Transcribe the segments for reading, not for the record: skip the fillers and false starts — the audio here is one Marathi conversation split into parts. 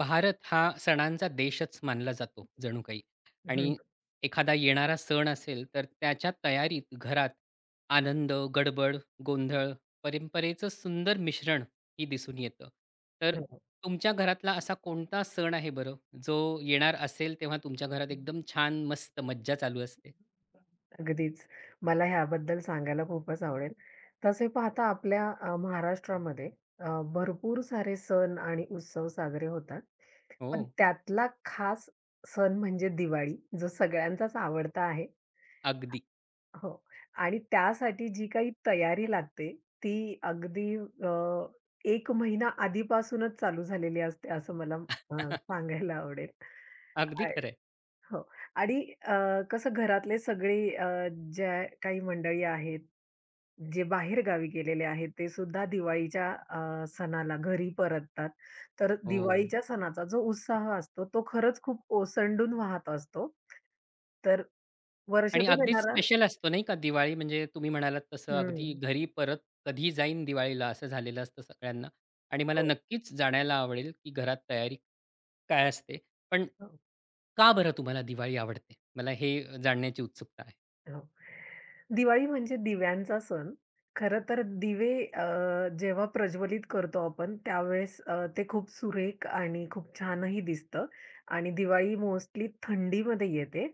भारत हा सणांचा देशच मानला जातो जणू काही हं, आणि एखादा येणारा सण असेल तर त्याच्या तयारीत घरात आनंद, गडबड, गोंधळ, परंपरेचं सुंदर मिश्रण ही दिसून येतं. तर हो. तुमच्या घरातला असा कोणता सण आहे बरं, जो येणार असेल तेव्हा तुमच्या घरात एकदम छान मस्त मज्जा चालू असते? अगदीच. मला ह्याबद्दल सांगायला खूपच आवडेल. तसे पाहता आपल्या महाराष्ट्रामध्ये भरपूर सारे सण आणि उत्सव साजरे होतात. हो, पण त्यातला खास सण म्हणजे दिवाळी, जो सगळ्यांचाच आवडता आहे. अगदी. हो. आणि त्यासाठी जी काही तयारी लागते, ती अगदी 1 महिना आधीपासूनच चालू झालेली असते, असं मला सांगायला आवडेल. अगदी खरं हो. आणि अ, कसं घरातले सगळे ज्या काही मंडळी आहेत, जे बाहेर गावी गेलेले आहेत, ते सुद्धा दिवाळीच्या सणाला घरी परततात. तर हो. दिवाळीच्या सणाचा जो उत्साह असतो, तो खरंच खूप ओसंडून वाहत असतो. तर आणि वर्षातून अगदीच येणारा स्पेशल असतो नाही का दिवाळी म्हणजे तुम्ही म्हणालात तसं अगदी हं. घरी परत कधी जाईन दिवाळीला असं झालेलं असतं सगळ्यांना आणि मला हो, नक्कीच जाण्याला आवडेल की घरात तयारी काय असते. पण हो. का बरं तुम्हाला दिवाळी आवडते? मला हे जाणण्याची उत्सुकता आहे. हो. दिवाळी म्हणजे दिव्यांचा सण. खरं तर दिवे जेव्हा प्रज्वलित करतो आपण त्यावेळेस ते खूप सुरेख आणि खूप छानही दिसतं आणि दिवाळी मोस्टली थंडीमध्ये येते.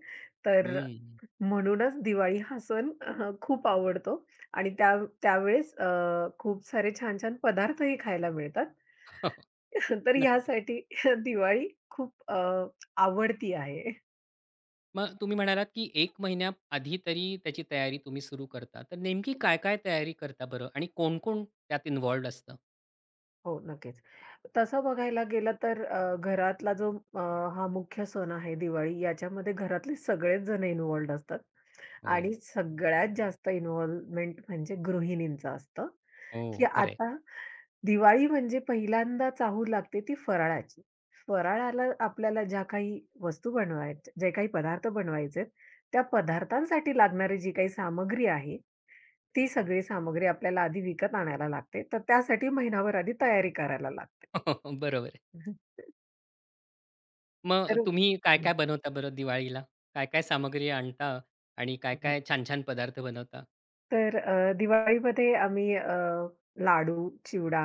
तर हं. म्हणूनच दिवाळी हा सण खूप आवडतो आणि त्यावेळेस खूप सारे छान-छान पदार्थही खायला मिळतात. तर नक्कीच. ह्यासाठी दिवाळी खूप आवडती आहे. मग तुम्ही म्हणालात की 1 महिन्याआधी तरी त्याची तयारी तुम्ही सुरू करता. तर नेमकी काय-काय तयारी करता बरं आणि कोण-कोण त्यात इन्व्हॉल्व्ड असतं? हो, नक्कीच. तसं बघायला गेलं तर घरातला जो हा मुख्य सण आहे दिवाळी याच्यामध्ये घरातले सगळेच जण इन्व्हॉल्वड असतात. हो, आणि सगळ्यात जास्त इन्व्हॉल्वमेंट म्हणजे गृहिणींचं असतं, की हो. खरं. आता दिवाळी म्हणजे पहिल्यांदा चाहूल लागते ती फराळाची. फराळाला आपल्याला ज्या काही वस्तू बनवायच्या जे काही पदार्थ बनवायचे आहेत, त्या पदार्थांसाठी लागणारी जी काही सामग्री आहे, ती सगळी सामग्री आपल्याला आधी विकत आणायला लागते. तर त्यासाठी महिनाभर आधी तयारी करायला लागते. बरोबर आहे. मग तर तुम्ही काय-काय बनवता बरं दिवाळीला? काय-काय सामग्री आणता आणि काय-काय छान-छान पदार्थ बनवता? तर दिवाळीमध्ये आम्ही लाडू, चिवडा,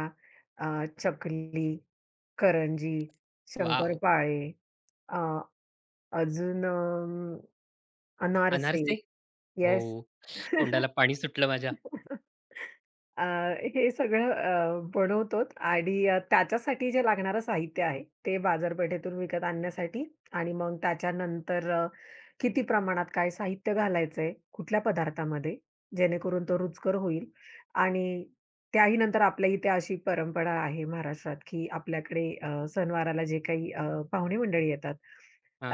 अ, चकली, करंजी, वॉव! शंकरपाळे, अ, अजून अनारसे. अनारसे? हो. येस. तोंडाला पाणी सुटलं माझ्या. अ, हे सगळं बनवतो आणि त्याच्यासाठी जे लागणारं साहित्य आहे, ते बाजारपेठेतून विकत आणण्यासाठी आणि मग त्याच्यानंतर किती प्रमाणात काय साहित्य घालायचंय, कुठल्या पदार्थामध्ये, जेणेकरून तो रुचकर होईल आणि त्याही नंतर आपल्या इथे अशी परंपरा आहे महाराष्ट्रात, की आपल्याकडे सणवाराला जे काही पाहुणे मंडळी येतात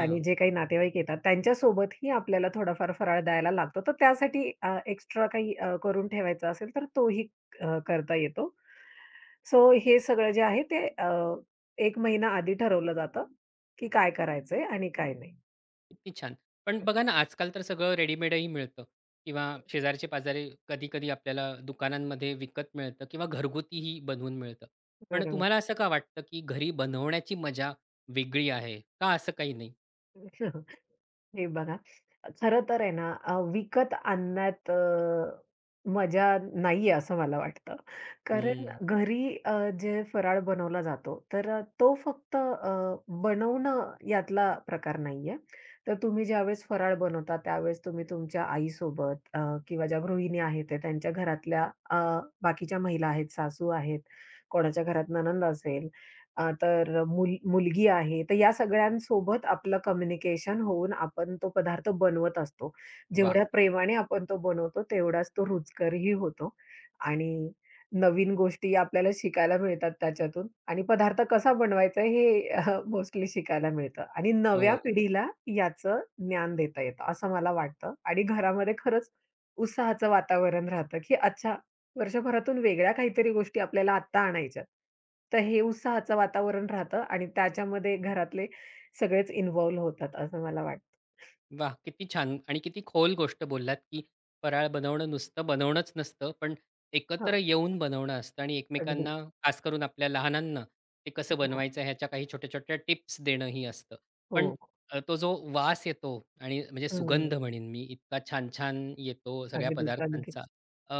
आणि जे काही नातेवाईक येतात त्यांच्यासोबतही आपल्याला थोडाफार फराळ द्यायला लागतो. तर त्यासाठी एक्स्ट्रा काही करून ठेवायचा असेल तर तोही करता येतो. सो हे सगळं जे आहे ते 1 महिना आधी ठरवलं जातं, की काय करायचंय आणि काय नाही. किती छान. पण बघा ना, आजकाल तर सगळं रेडीमेडही मिळतं किंवा शेजारचे-पाजारी कधी-कधी आपल्याला दुकानांमध्ये विकत मिळतं किंवा घरगुतीही बनवून मिळतं. पण तुम्हाला असं का वाटतं, की घरी बनवण्याची मजा वेगळी आहे? का असं काही नाही? बरोबर. हे बघा, खरं तर आहे ना, विकत आणण्यात मजा नाहीये असं मला वाटतं. कारण हं, घरी जे फराळ बनवला जातो, तर तो फक्त बनवणं यातला प्रकार नाहीये. तर तुम्ही ज्यावेळेस फराळ बनवता, त्यावेळेस तुम्ही तुमच्या आईसोबत किंवा ज्या गृहिणी आहेत, त्या त्यांच्या घरातल्या बाकीच्या महिला आहेत, सासू आहेत, कोणाच्या घरात नणंद असेल तर मुलगी आहे, तर या सगळ्यांसोबत आपलं कम्युनिकेशन होऊन आपण तो पदार्थ बनवत असतो. वाह! जेवढ्या प्रेमाने आपण तो बनवतो, तेवढाच तो रुचकरही होतो आणि नवीन गोष्टी आपल्याला शिकायला मिळतात त्याच्यातून आणि पदार्थ कसा बनवायचा हे मोस्टली शिकायला मिळतं आणि हो. नव्या पिढीला याचं ज्ञान देता येतं, असं मला वाटतं आणि घरामध्ये खरंच उत्साहाचं वातावरण राहतं, की अच्छा वर्षभरातून वेगळ्या काहीतरी गोष्टी आपल्याला आत्ता आणायच्यात. तर हे उत्साहाचं वातावरण राहतं आणि त्याच्यामध्ये घरातले सगळेच इन्व्हॉल्व होतात असं मला वाटतं. वाह! किती छान आणि किती खोल गोष्ट बोललात, की फराळ बनवणं नुसतं बनवणंच नसतं, पण एकत्र हं, येऊन बनवणं असतं आणि अगदीच. एकमेकांना, खास करून आपल्या लहानांना, ते कसं हो, बनवायचं ह्याच्या काही छोट्या-छोट्या टिप्स देणंही असतं. पण हो. तो जो वास येतो आणि म्हणजे हं. सुगंध म्हणेन मी, इतका छान-छान येतो सगळ्या अगदीच, पदार्थांचा. अगदीच. अ,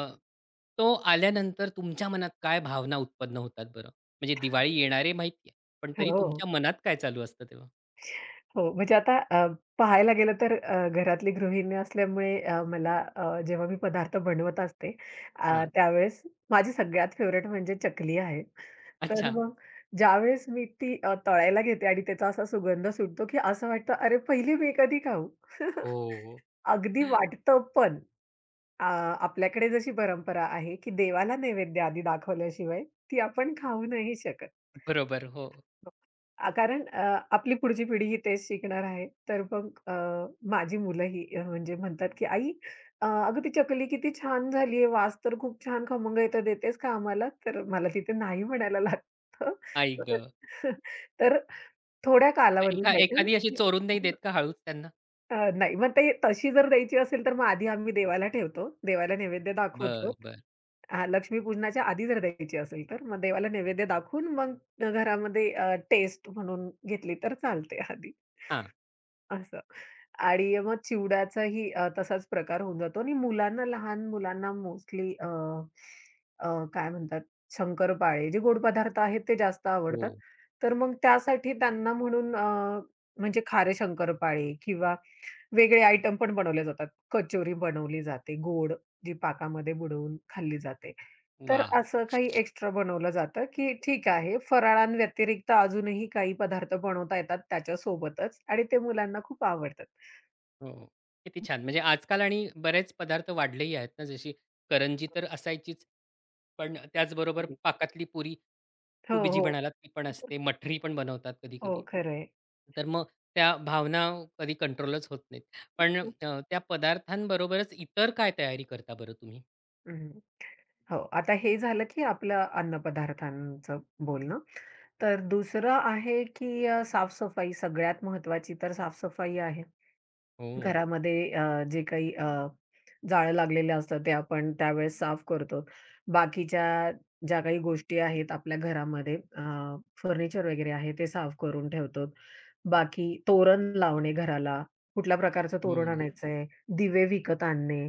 तो आल्यानंतर तुमच्या मनात काय भावना उत्पन्न होतात बरं? म्हणजे दिवाळी येणार माहिती आहे, पण तरी हो. तुमच्या मनात काय चालू असतं तेव्हा? हो, म्हणजे आता पाहायला गेलं तर घरातली गृहिणी असल्यामुळे मला जेव्हा मी पदार्थ बनवत असते हां. त्यावेळेस माझी सगळ्यात फेवरेट म्हणजे चकली आहे. तर अच्छा. मग ज्यावेळेस मी ती तळायला घेते आणि त्याचा असा सुगंध सुटतो, की असं वाटतं, "अरे, पहिली मी कधी खाऊ?" हो, हो. अगदी वाटतं पण अ, आपल्याकडे जशी परंपरा आहे, की देवाला नैवेद्य आधी दाखवल्याशिवाय ती आपण खाऊ नाही शकत. बरोबर, हो. हो. कारण आपली पुढची पिढी ही तेच शिकणार आहे. तर मग माझी मुलंही म्हणजे म्हणतात, की "आई अगं ती चकली किती छान झाली आहे. वास तर खूप छान खमंग येतो. देतेस का आम्हाला?" तर मला तिथे नाही म्हणायला लागतं. आई गं! तर थोड्या मग कालावधीसाठी एखादी अशी चोरून नाही देत का हळूच त्यांना? नाही मग ते तशी जर द्यायची असेल, तर मग आधी आम्ही देवाला ठेवतो. देवाला नैवेद्य दाखवतो. बरं, बरं. हां, लक्ष्मीपूजनाच्या आधी जर द्यायची असेल तर, मग देवाला नैवेद्य दाखवून मग घरामध्ये टेस्ट म्हणून घेतली तर चालते आधी हां. असं. आणि मग चिवड्याचाही तसाच प्रकार होऊन जातो आणि मुलांना, लहान मुलांना मोस्टली अ, अ, काय म्हणतात शंकरपाळे जे गोड पदार्थ आहेत ते जास्त हो. आवडतात. तर मग त्यासाठी त्यांना म्हणून म्हणजे खारे शंकरपाळे किंवा वेगळे आयटम पण बनवले जातात. कचोरी बनवली जाते गोड, जी पाकामध्ये बुडवून खाल्ली जाते. तर वाह! असं काही एक्स्ट्रा बनवलं जातं, की ठीक आहे, फराळांव्यतिरिक्त अजूनही काही पदार्थ बनवता येतात त्याच्यासोबतच आणि ते मुलांना खूप आवडतात. हो. किती छान. म्हणजे आजकाल आणि बरेच पदार्थ वाढलेही आहेत ना, जशी करंजी तर असायचीच. पण त्याचबरोबर अगदी. पाकातली पुरी, हो, तुम्ही जी हो. म्हणालात ती पण असते. मठरी पण बनवतात कधी-कधी. हो, खरं आहे. तर मग त्या भावना कधी कंट्रोलच होत नाहीत. पण त्या पदार्थांबरोबरच इतर काय तयारी करता बरं तुम्ही? हो, आता हे झालं, की आपलं अन्नपदार्थांचं बोलणं. तर दुसरं आहे, की साफ सगळ्यात महत्त्वाची तर साफ आहे. हो. घरामध्ये अ, जे काही अ, जाळं लागलेलं असतं ते आपण त्यावेळेस साफ करतो. बाकीच्या ज्या काही गोष्टी आहेत आपल्या घरामध्ये फर्निचर वगैरे आहे ते साफ करून ठेवतो. बाकी तोरण लावणे घराला, कुठल्या प्रकारचं तोरण हं. आणायचंय, दिवे विकत आणणे,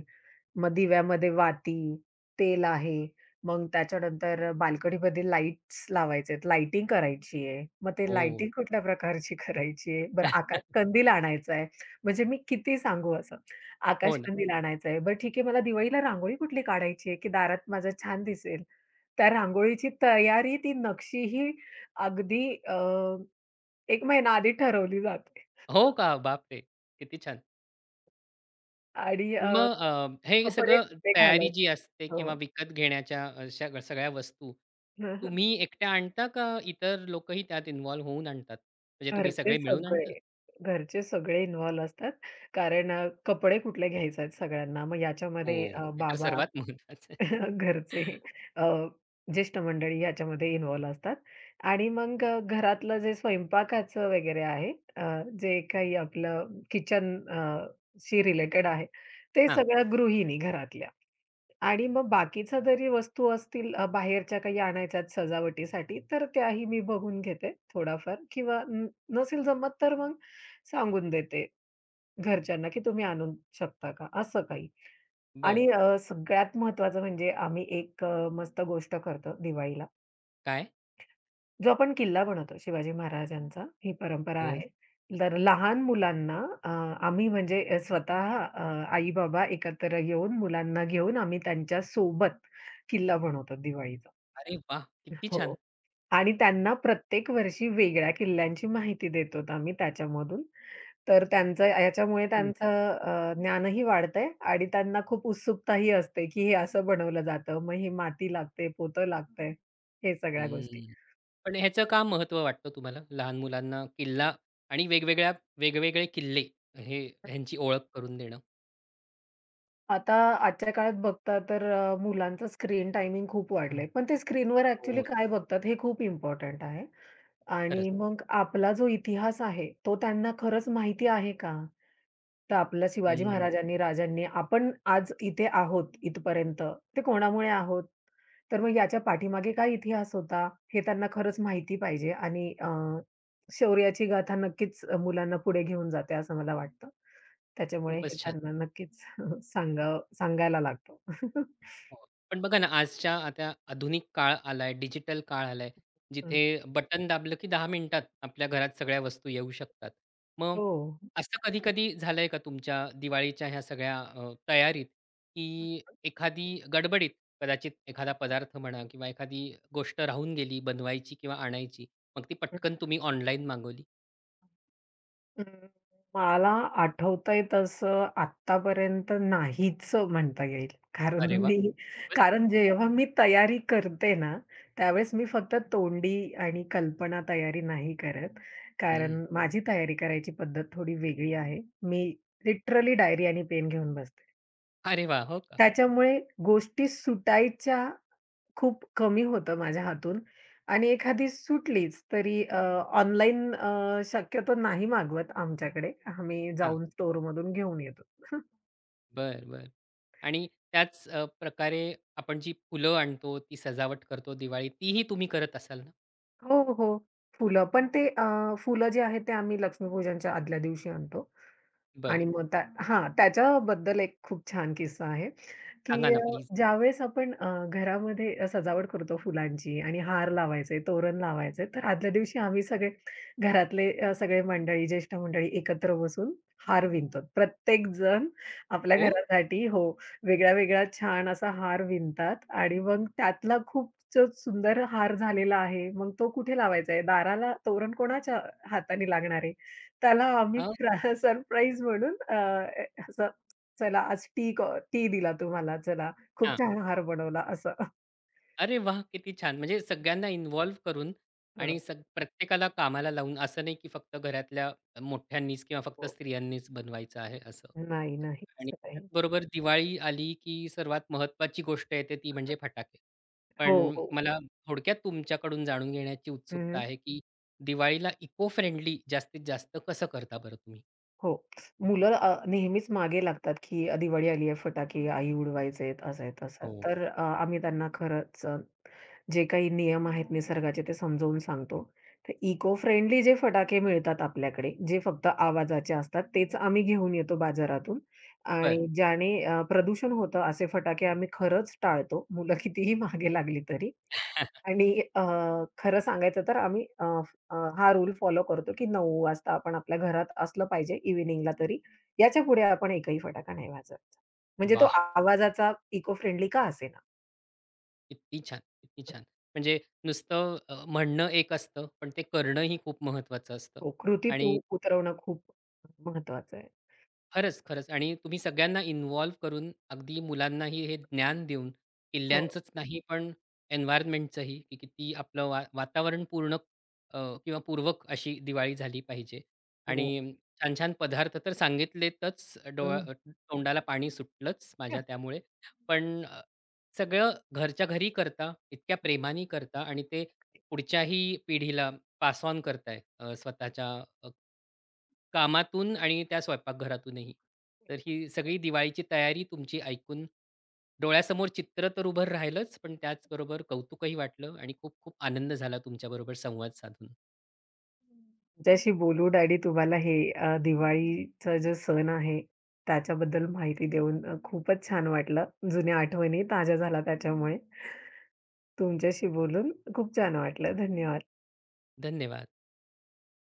मग दिव्यामध्ये वाती, तेल आहे, मग त्याच्यानंतर बाल्कनीमध्ये लाईट्स लावायचे लाइटिंग करायची आहे. मग ते हो. लाइटिंग कुठल्या प्रकारची करायची आहे? बरं आकाश कंदील आणायचा आहे. म्हणजे मी किती सांगू असं. हो ना. आकाशकंदील आणायचा आहे. बरं ठीक आहे मला दिवाळीला रांगोळी कुठली काढायची आहे, की दारात माझं छान दिसेल. त्या रांगोळीची तयारी, ती नक्षी ही अगदी 1 महिना आधी ठरवली जाते. हो का? बापरे! किती छान. आणि पण मग हे कपडे सगळं कुठले तयारी जी घालायचे असते हो. किंवा विकत घेण्याच्या अशा सगळ्या वस्तू, हं, हं. तुम्ही एकट्या आणता का इतर लोकही त्यात इन्व्हॉल्व होऊन आणतात? म्हणजे तुम्ही घरचे सगळे मिळून सगळे, आणता? घरचे सगळे इन्व्हॉल्व असतात. कारण कपडे कुठले घ्यायचे आहेत सगळ्यांना. मग याच्यामध्ये हो, हे तर बाबा सर्वात महत्वाचं आहे. घरचे अ, ज्येष्ठ मंडळी याच्यामध्ये इन्व्हॉल्व असतात आणि मग घरातलं जे स्वयंपाकाचं वगैरे आहे जे काही आपलं किचन शी रिलेटेड आहे, ते हां, सगळ्या गृहिणी घरातल्या आणि मग बाकीच्या जरी वस्तू असतील बाहेरच्या काही आणायच्यात सजावटीसाठी, तर त्याही मी बघून घेते थोडाफार किंवा नसेल जमत तर मग सांगून देते घरच्यांना, की तुम्ही आणून शकता का? असं काही. बरं. आणि सगळ्यात महत्त्वाचं म्हणजे आम्ही एक मस्त गोष्ट करतो दिवाळीला. काय? जो आपण किल्ला बनवतो शिवाजी महाराजांचा, ही परंपरा हो. आहे. तर लहान मुलांना अ, आम्ही म्हणजे स्वतः आई-बाबा एकत्र येऊन मुलांना घेऊन आम्ही त्यांच्यासोबत किल्ला बनवतो दिवाळीचा. अरे वाह! किती छान. हो. आणि त्यांना प्रत्येक वर्षी वेगळ्या किल्ल्यांची माहिती देतो आम्ही त्याच्यामधून. तर त्यांचं याच्यामुळे त्यांचं ज्ञानही वाढतंय आणि त्यांना खूप उत्सुकताही असते, की हे असं बनवलं जातं, मग हे माती लागते, पोतं लागतंय, हे सगळ्या गोष्टी. हं. पण ह्याचं का महत्व वाटतं तुम्हाला? लहान मुलांना किल्ला आणि वेगवेगळ्या वेगवेगळे किल्ले हे ह्यांची ओळख करून देणं. आता आजच्या काळात बघता तर मुलांचं स्क्रीन टायमिंग खूप वाढलंय. पण ते स्क्रीनवर ॲक्चुअली हो, काय बघतात हे खूप इम्पोर्टंट आहे. आणि खरंच. मग आपला जो इतिहास आहे, तो त्यांना खरंच माहिती आहे का? तर आपल्या शिवाजी हं, महाराजांनी, राजांनी आपण आज इथे आहोत इथपर्यंत, ते कोणामुळे आहोत? तर मग याच्या पाठीमागे काय इतिहास होता? हे त्यांना खरंच माहिती पाहिजे आणि शौर्याची गाथा नक्कीच मुलांना पुढे घेऊन जाते असं मला वाटतं. त्याच्यामुळे हे खूपच छान. त्यांना नक्कीच सांगावं सांगायला लागतं. हो. पण बघा ना, आजच्या आता आधुनिक काळ आलाय, डिजिटल काळ आलाय, जिथे बटन दाबलं की 10 मिनिटात आपल्या घरात सगळ्या वस्तू येऊ शकतात. मग हो. असं कधी-कधी झालंय का तुमच्या दिवाळीच्या ह्या सगळ्या तयारीत, की एखादी गडबडीत कदाचित एखादा पदार्थ म्हणा किंवा एखादी गोष्ट राहून गेली बनवायची किंवा आणायची, मग ती पटकन तुम्ही ऑनलाईन मागवली? अं, मला आठवतंय तसं आत्तापर्यंत नाहीच म्हणता येईल. कारण अरे वाह! मी खूपच छान. कारण जेव्हा मी तयारी करते ना, त्यावेळेस मी फक्त तोंडी आणि कल्पना तयारी नाही करत. हं. कारण माझी तयारी करायची पद्धत थोडी वेगळी आहे. मी लिटरली डायरी आणि पेन घेऊन बसते. अरे वाह! हो का? त्याच्यामुळे गोष्टी सुटायच्या खूप कमी होतं माझ्या हातून आणि एखादी सुटलीच तरी ऑनलाईन शक्यतो नाही मागवत आमच्याकडे. आम्ही हां. जाऊन स्टोअरमधून घेऊन येतो. बरं, बरं. आणि त्याच प्रकारे आपण जी फुलं आणतो, ती सजावट करतो दिवाळीत, तीही तुम्ही करत असाल ना? हो, हो. फुलं पण ते फुलं जे आहेत ते आम्ही लक्ष्मीपूजनच्या आदल्या दिवशी आणतो बरं. आणि मग त्या हां, त्याच्याबद्दल एक खूप छान किस्सा आहे. की सांगा अ, ना प्लीज? ज्यावेळेस आपण घरामध्ये सजावट करतो फुलांची आणि हार लावायचे, तोरण लावायचे, तर आदल्या दिवशी आम्ही सगळे घरातले सगळे मंडळी, ज्येष्ठ मंडळी एकत्र बसून हार विणतो. प्रत्येक जण आपल्या हो? घरासाठी हो, वेगळा-वेगळा छान असा हार विणतात आणि मग त्यातला खूप जो सुंदर हार झालेला आहे, मग तो कुठे लावायचा आहे? दाराला तोरण कोणाच्या हाताने लागणार आहे? त्याला आम्ही हो. सरप्राईज म्हणून चला आज टी दिला तू चला, खूप हो. हां. छान आहार बनवला असं. अरे वाह! किती छान. म्हणजे सगळ्यांना इन्व्हॉल्व करून आणि हो, प्रत्येकाला कामाला लावून, असं नाही की फक्त घरातल्या मोठ्यांनीच किंवा फक्त हो. स्त्रियांनीच बनवायचं आहे असं. नाही, नाही आणि असं काही. त्याचबरोबर दिवाळी आली, की सर्वात महत्त्वाची गोष्ट येते ती म्हणजे फटाके. हो, पण हो. मला थोडक्यात तुमच्याकडून जाणून घेण्याची हं, उत्सुकता हं. आहे, की दिवाळीला इको फ्रेंडली जास्तीत जास्त कसं करता बरं तुम्ही? हो. मुलं नेहमीच मागे लागतात, की दिवाळी आली आहे फटाके आई उडवायचेत, असं आहे तसं. हो. तर आम्ही त्यांना खरंच जे काही नियम आहेत निसर्गाचे ते समजावून सांगतो. तर इको फ्रेंडली जे फटाके मिळतात आपल्याकडे, जे फक्त आवाजाचे असतात, तेच आम्ही घेऊन येतो बाजारातून बरं. आणि ज्याने प्रदूषण होतं असे फटाके आम्ही खरंच टाळतो. मुलं कितीही मागे लागली तरी आणि अ, खरं सांगायचं तर आम्ही अ, अ, हा रूल फॉलो करतो, की 9 वाजता आपण आपल्या घरात असलं पाहिजे इव्हनिंगला तरी. याच्यापुढे आपण एकही फटाका नाही वाजवायचा. म्हणजे तो वाह! आवाजाचा इको फ्रेंडली का असेना. किती छान, किती छान. म्हणजे नुसतं म्हणणं एक असतं, पण ते करणंही खूप महत्त्वाचं असतं हो, कृतीत आणि उतरवणं खूप महत्वाचं आहे. खरंच, खरंच आणि तुम्ही सगळ्यांना इन्व्हॉल्व करून अगदी मुलांनाही हे ज्ञान देऊन हो, किल्ल्यांचंच नाही, पण एन्व्हायर्नमेंटचंही, की किती आपलं वातावरण पूर्णक अ, किंवा पूर्वक अशी दिवाळी झाली पाहिजे हो. आणि छान-छान पदार्थ तर सांगितलेतच हं. तोंडाला पाणी सुटलंच माझ्या त्यामुळे. पण सगळं घरच्या घरी करता, इतक्या प्रेमाने करता आणि ते पुढच्याही पिढीला पास ऑन करताय स्वतःच्या अ, कामातून आणि त्या स्वयंपाकघरातूनही. तर ही सगळी दिवाळीची तयारी तुमची ऐकून डोळ्यासमोर चित्र तर उभं राहिलंच, पण त्याचबरोबर कौतुकही वाटलं आणि खूप खूप आनंद झाला तुमच्याबरोबर संवाद साधून. तुमच्याशी बोलून आणि तुम्हाला हे दिवाळीचा जो सण आहे, त्याच्याबद्दल माहिती देऊन खूपच छान वाटलं. जुन्या आठवणी ताज्या झाल्या त्याच्यामुळे. तुमच्याशी बोलून खूप छान वाटलं. धन्यवाद. धन्यवाद.